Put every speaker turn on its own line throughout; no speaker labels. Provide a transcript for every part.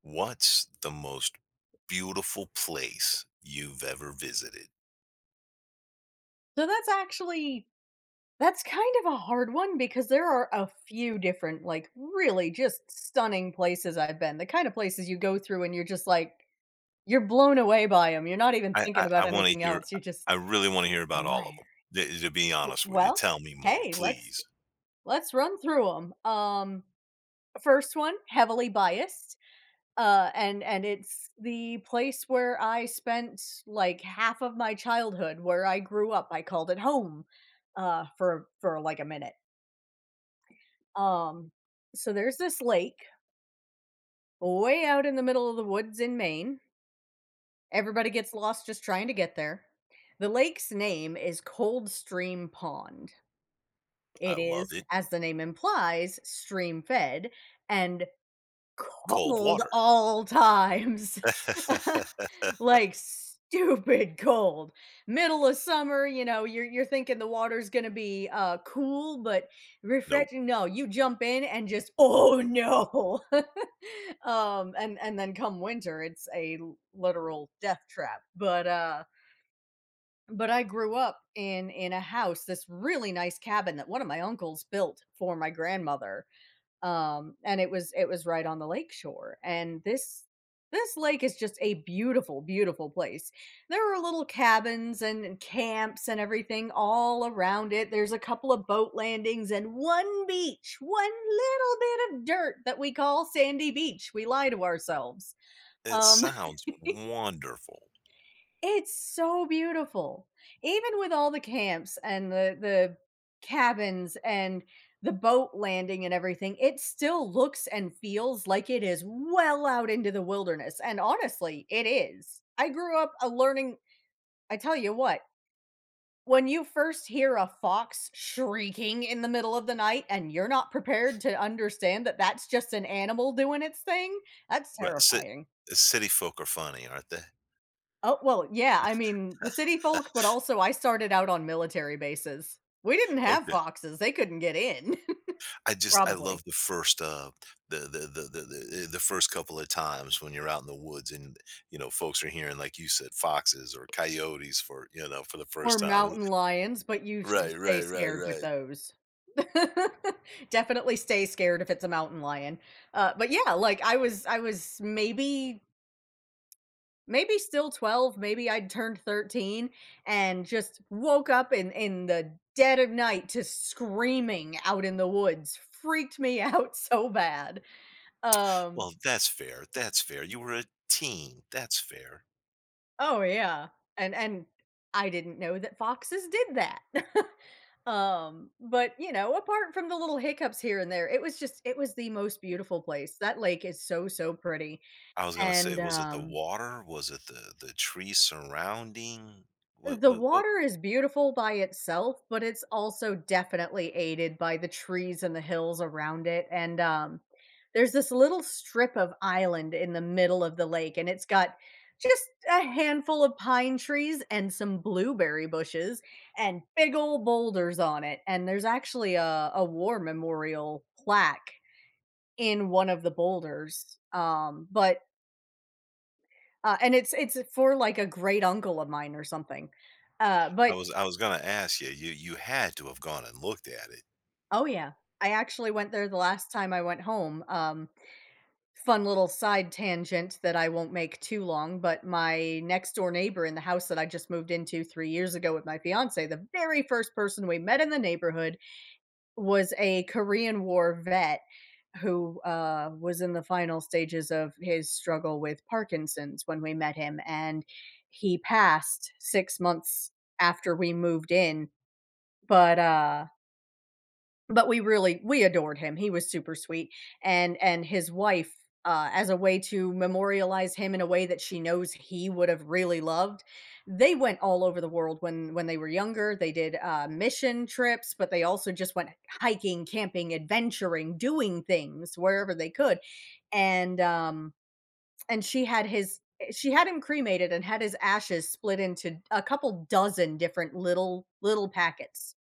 What's the most beautiful place you've ever visited?
So that's kind of a hard one because there are a few different like really just stunning places I've been. The kind of places you go through and you're just like you're blown away by them. You're not even
I
thinking
I, I
about
want to
anything
hear.
else. You're just
I really want to hear about all of
admire.
them. To be
W-
honest with you,
Well,
tell me more,
hey, let's
please.
let's run through them. First one, heavily biased. And it's the place where I spent like half of my childhood where I grew up. I called it home for like a minute. Um, so there's this lake way out in the middle of the woods in Maine. Everybody gets lost just trying to get there. The lake's name is Cold Stream Pond.
I
It
love
is,
it.
as the name implies, stream fed and
Cold
cold
water.
all times. Like, stupid cold. Middle of summer, you know, you're thinking the water's gonna be, cool, but
Nope.
refreshing, no, you jump in and just, "Oh, no." And then come winter, it's a l literal death trap, but I grew up in a house, this really nice cabin that one of my uncles built for my grandmother, and it was right on the lake shore. And this lake is just a beautiful, beautiful place. There are little cabins and, camps and everything all around it. There's a couple of boat landings and one beach, one little bit of dirt that we call sandy beach. We lie to ourselves.
It
um
sounds wonderful.
it's so beautiful. Even with all the camps and the cabins and the boat landing and everything, it still looks and feels like it is well out into the wilderness, and honestly, it is. I grew up a learning. I tell you what, when you first hear a fox shrieking in the middle of the night and you're not prepared to understand that that's just an animal doing its thing, that's
Right.
terrifying.
City folk are funny, aren't they?
Oh, well, yeah, I mean, the city folk, but also I started out on military bases. We didn't have
Okay.
foxes, they couldn't get in,
I just I love
probably.
the first, the the the the the first couple of times when you're out in the woods and, folks are hearing, like you said, foxes or coyotes for, for the first
Or
time.
mountain lions, but you should
Right,
stay
right, right,
scared with
right.
those. Definitely stay scared if it's a mountain lion. But yeah, like I was maybe still 12, maybe I'd turned 13 and just woke up in the dead of night to screaming out in the woods. Freaked me out so bad. Um
Well, that's fair, that's fair. You were a teen, that's fair.
Oh yeah. And I didn't know that foxes did that. But you know, apart from the little hiccups here and there, it was just it was the most beautiful place. That lake is so so pretty.
I was gonna say,
And
was it the water? Was it the tree surrounding? What
The
what what
water is beautiful by itself, but it's also definitely aided by the trees and the hills around it. And There's this little strip of island in the middle of the lake, and it's got just a handful of pine trees and some blueberry bushes and big old boulders on it. And there's actually a war memorial plaque in one of the boulders. But and it's for like a great uncle of mine or something.
I
But
was I was gonna ask you, you had to have gone and looked at it.
Oh, yeah. I actually went there the last time I went home. Fun little side tangent that I won't make too long, but my next door neighbor in the house that I just moved into 3 years ago with my fiance, the very first person we met in the neighborhood was a Korean War vet who, was in the final stages of his struggle with Parkinson's when we met him. And he passed 6 months after we moved in. But uh, but we really we adored him, he was super sweet, and his wife, as a way to memorialize him in a way that she knows he would have really loved, they went all over the world when they were younger, they did, mission trips, but they also just went hiking, camping, adventuring, doing things wherever they could, and, um and she had his she had him cremated and had his ashes split into a couple dozen different little packets.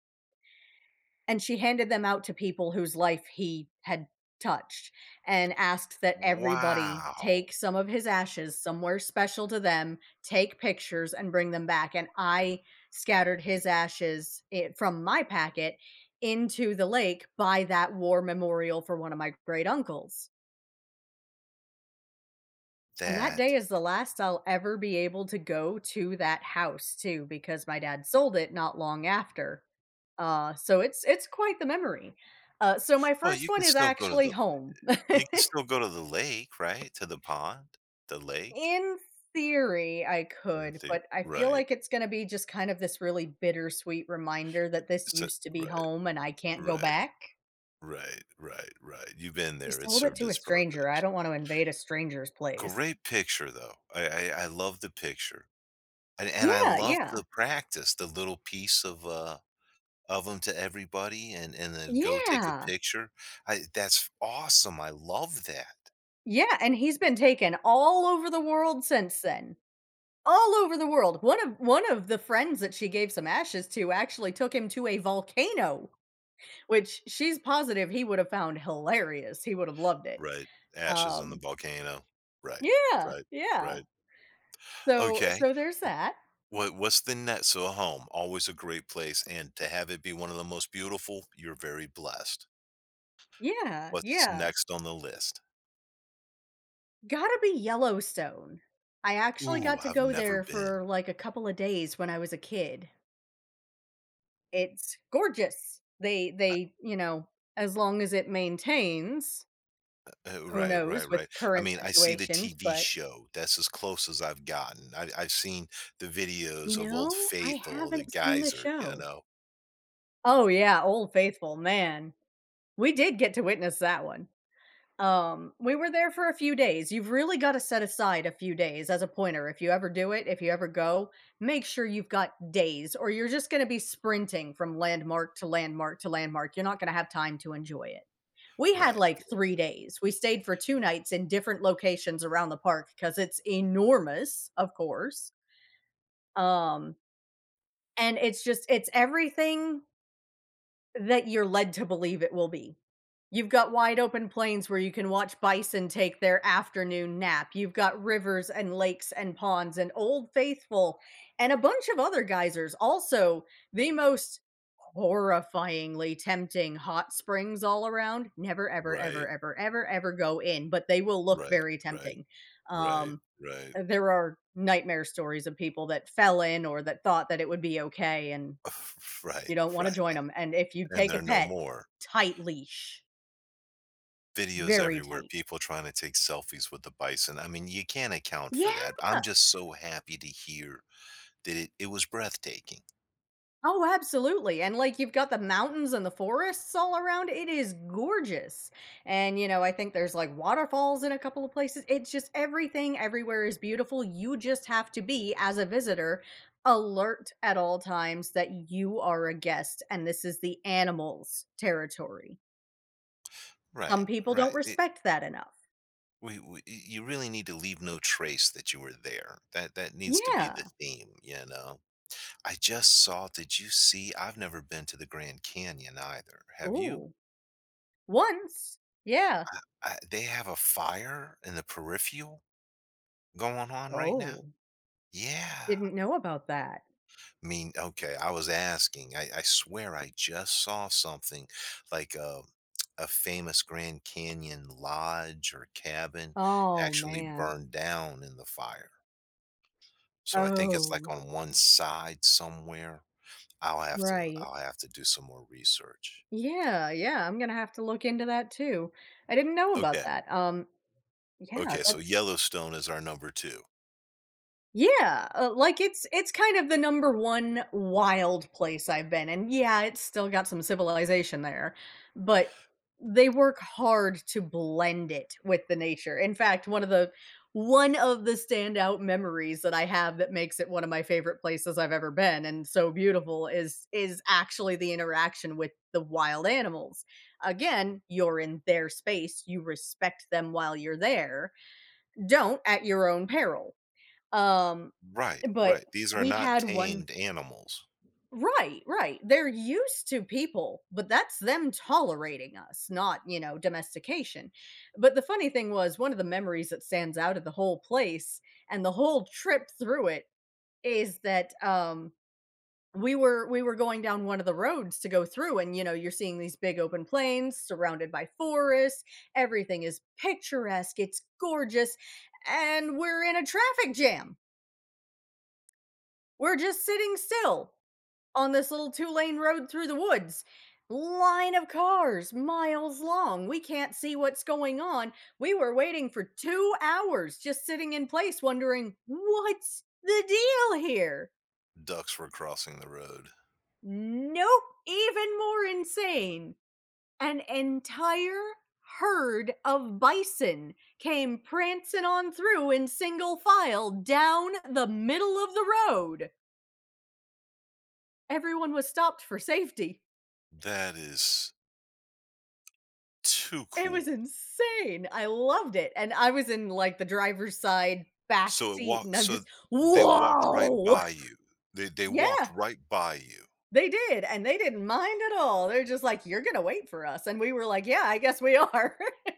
And she handed them out to people whose life he had touched and asked that everybody
Wow!
take some of his ashes somewhere special to them, take pictures, and bring them back. And I scattered his ashes from my packet into the lake by that war memorial for one of my great uncles. And that day
That
is the last I'll ever be able to go to that house too, because my dad sold it not long after. So it's quite the memory. So my
Well, you
first
can
one is
still go to
actually
the—
home.
you can still go to the lake, right? To the pond, the lake,
In theory, I
and
could,
the—
but I feel
right,
like it's going to be just kind of this really bittersweet reminder that this
so
used to be
right,
home and I can't go
right,
back.
right, right, right. You've been
We
there, it
sold it
served
to a
its
stranger. I
purpose.
don't want to invade a stranger's place.
Great picture though. I love the picture, and I
Yeah,
love
yeah,
the practice, the little piece of them to everybody and then go take a
yeah.
picture. I That's awesome, I love that.
Yeah, and he's been taken all over the world since then. All over the world. One of the friends that she gave some ashes to actually took him to a volcano, which she's positive he would have found hilarious. He would have loved it.
Right, ashes in the
Um,
volcano. Right,
yeah,
right,
yeah.
right.
So
Okay.
there's that.
What what's the net so a home, always a great place, and to have it be one of the most beautiful, you're very blessed.
Yeah,
What's
yeah.
next on the list?
Gotta be Yellowstone. I actually
Ooh,
got to
I've
go
never
there
been.
for like a couple of days when I was a kid. It's gorgeous. You know, as long as it maintains. Who
Right,
knows
right,
with
right. I
current
mean, I see the
situations,
TV
but,
show. That's as close as I've gotten. I've seen the
you
videos of Old
know, I
Faithful, the
haven't seen the
geyser, you
show.
know?
Oh, yeah, Old Faithful, man. We did get to witness that one. We were there for a few days. You've really gotta set aside a few days as a pointer. If you ever do it, if you ever go, make sure you've got days or you're just gonna be sprinting from landmark to landmark to landmark. You're not gonna have time to enjoy it. We had,
Right,
like, 3 days. We stayed for 2 nights in different locations around the park because it's enormous, of course. Um, and it's just it's everything that you're led to believe it will be. You've got wide open plains where you can watch bison take their afternoon nap. You've got rivers and lakes and ponds and Old Faithful and a bunch of other geysers. Also, the most horrifyingly tempting hot springs all around. Never, ever, ever,
right,
ever, ever, ever go in, but they will look
right,
very
right,
tempting.
right,
Um,
right,
there are nightmare stories of people that fell in or that thought that it would be okay, and
right,
you don't
right,
wanna
right.
join them. And if you
And
take a
they're no
pet,
more.
tight leash,
Videos
very
everywhere,
tight.
people trying to take selfies with the bison. I mean, you can't account for that.
Yeah!
I'm just so happy to hear that it was breathtaking.
Oh, absolutely, and, like, you've got the mountains and the forests all around, it is gorgeous, and, you know, I think there's, like, waterfalls in a couple of places, it's just everything everywhere is beautiful, you just have to be, as a visitor, alert at all times that you are a guest, and this is the animals' territory. Some
Right,
people don't
right.
respect that enough.
You really need to leave no trace that you were there. That that needs to be the
Yeah.
theme, you know. I just saw. Did you see? I've never been to the Grand Canyon either. Have you?
Oh. Once. Yeah.
I, they have a fire in the peripheral going on right now.
Oh,
Yeah,
didn't know about that.
I mean, okay, I was asking. I swear I just saw something like a famous Grand Canyon lodge or cabin
Oh,
actually
man.
burned down in the fire. So I think it's like
Oh,
on one side somewhere. I'll have to
right.
I'll have to do some more research.
Yeah, yeah, I'm gonna have to look into that too. I didn't know about
Okay.
that. Yeah,
Okay, so
that's.
Yellowstone is our number 2.
Yeah, like, it's kind of the number 1 wild place I've been, and yeah, it's still got some civilization there, but they work hard to blend it with the nature. In fact, one of the standout memories that I have that makes it one of my favorite places I've ever been and so beautiful is actually the interaction with the wild animals. Again, you're in their space, you respect them while you're there. Don't at your own peril. Um,
Right,
but
right. These are
We
not
had one.
tamed animals.
Right, right. They're used to people, but that's them tolerating us, not, you know, domestication. But the funny thing was, one of the memories that stands out of the whole place and the whole trip through it is that we were going down one of the roads to go through, and you know you're seeing these big open plains surrounded by forests, everything is picturesque, it's gorgeous, and we're in a traffic jam. We're just sitting still on this little two-lane road through the woods. Line of cars miles long. We can't see what's going on. We were waiting for 2 hours just sitting in place wondering, "What's the deal here?"
Ducks were crossing the road.
Nope, even more insane. An entire herd of bison came prancing on through in single file down the middle of the road. Everyone was stopped for safety.
That is too
It
cool.
was insane. I loved it, and I was in, like, the driver's side back
So it
seat, and
walked
I'm
so
just,
they walked right
"Whoa!"
by you. They walked
Yeah,
right by you.
they did, and they didn't mind at all. They're just like, "You're gonna wait for us," and we were like, "Yeah, I guess we are."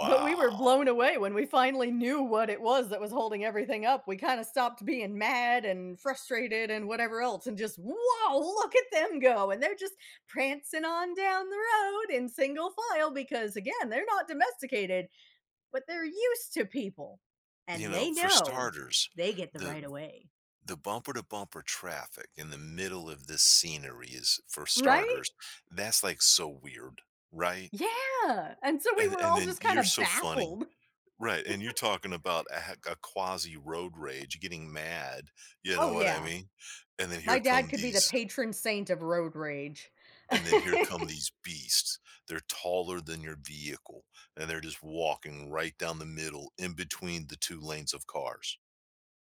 But we were blown away when we finally knew what it was that was holding everything up. We kinda stopped being mad and frustrated and whatever else and just, "Whoa, look at them go," and they're just prancing on down the road in single file because, again, they're not domesticated. But they're used to people,
You
and
know,
they
for
know
starters,
they get the
the
right of way.
the bumper to bumper traffic in the middle of this scenery is for
Right?
starters, that's like so weird, right?
Yeah, and so we were
And
all
then
just
you're
kinda
so funny.
baffled.
Right, and you're talking about a, a quasi road rage, getting mad, you know
Oh,
what I
yeah.
mean? And then here
My dad
come
could be the
these
patron saint of road rage.
And then here come these beasts. They're taller than your vehicle, and they're just walking right down the middle in between the 2 lanes of cars.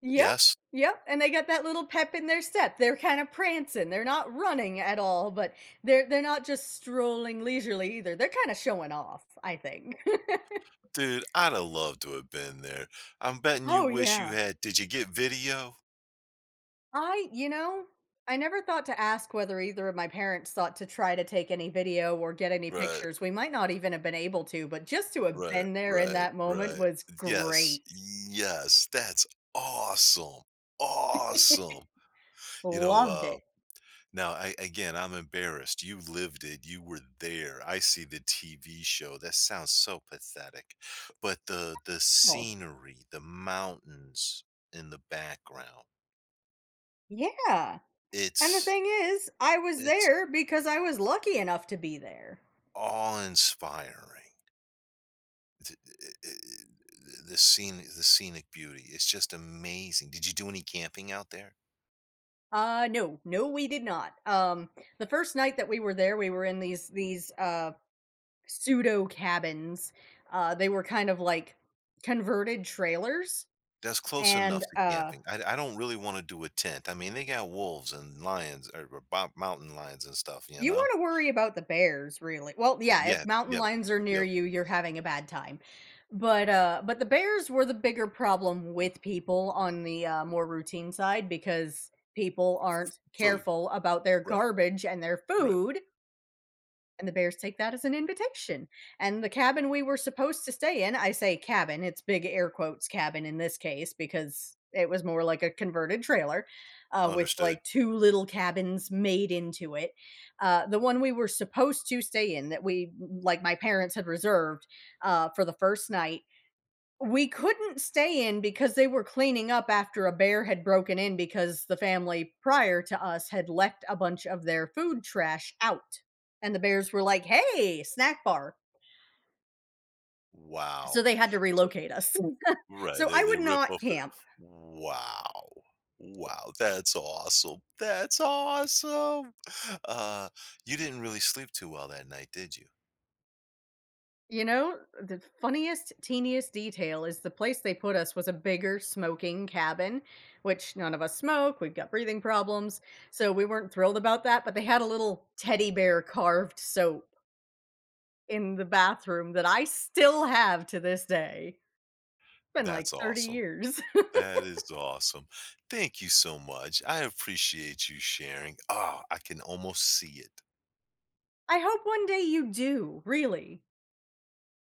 Yep,
Yes?
yep, and they got that little pep in their step. They're kinda prancing, they're not running at all, but they're not just strolling leisurely either. They're kinda showing off, I think.
Dude, I'd have loved to have been there. I'm betting you
Oh,
wish you
yeah.
had— did you get video?
I You know, I never thought to ask whether either of my parents thought to try to take any video or get any
Right,
pictures. We might not even have been able to, but just to have
right,
been there in
right,
that moment
right.
was
Yes,
great.
yes, that's awesome, awesome. You know,
Loved it.
now, I— again, I'm embarrassed. You lived it. You were there. I see the TV show. That sounds so pathetic. But the
Oh.
scenery, the mountains in the background,
Yeah. And the
it's
thing is, I was
it's
there because I was lucky enough to be there.
awe-inspiring. Th- the scene, the scenic beauty, it's just amazing. Did you do any camping out there?
No, no we did not. The first night that we were there, we were in these pseudo cabins. They were kind of like converted trailers
That's close
and
enough to camping. I don't really want to do a tent. I mean, they got wolves and lions or mountain lions and stuff, you
You
know?
wanna worry about the bears, really. Well, yeah, if
Yeah,
mountain
yep,
lions are near
yep,
you, you're having a bad time. But the bears were the bigger problem with people on the, more routine side because people aren't
food,
careful about their
right,
garbage and their
right,
food, and the bears take that as an invitation. And the cabin we were supposed to stay in, I say cabin, it's big air quotes cabin in this case because it was more like a converted trailer, with
understood.
like two little cabins made into it. The one we were supposed to stay in that like my parents had reserved, for the first night, we couldn't stay in because they were cleaning up after a bear had broken in because the family prior to us had left a bunch of their food trash out, and the bears were like, "Hey, snack bar." So
Wow.
they had to
So
relocate us.
right,
So
they
I
they
would
rip
not
up the—
camp.
wow. Wow, that's awesome. That's awesome. Uh, you didn't really sleep too well that night, did you?
You know, the funniest, teeniest detail is the place they put us was a bigger smoking cabin, which none of us smoke. We've got breathing problems. So we weren't thrilled about that, but they had a little teddy bear carved. So in the bathroom that I still have to this day. It's been like
That's
30
awesome.
years.
That is awesome. Thank you so much. I appreciate you sharing. Oh, I can almost see it.
I hope one day you do, really.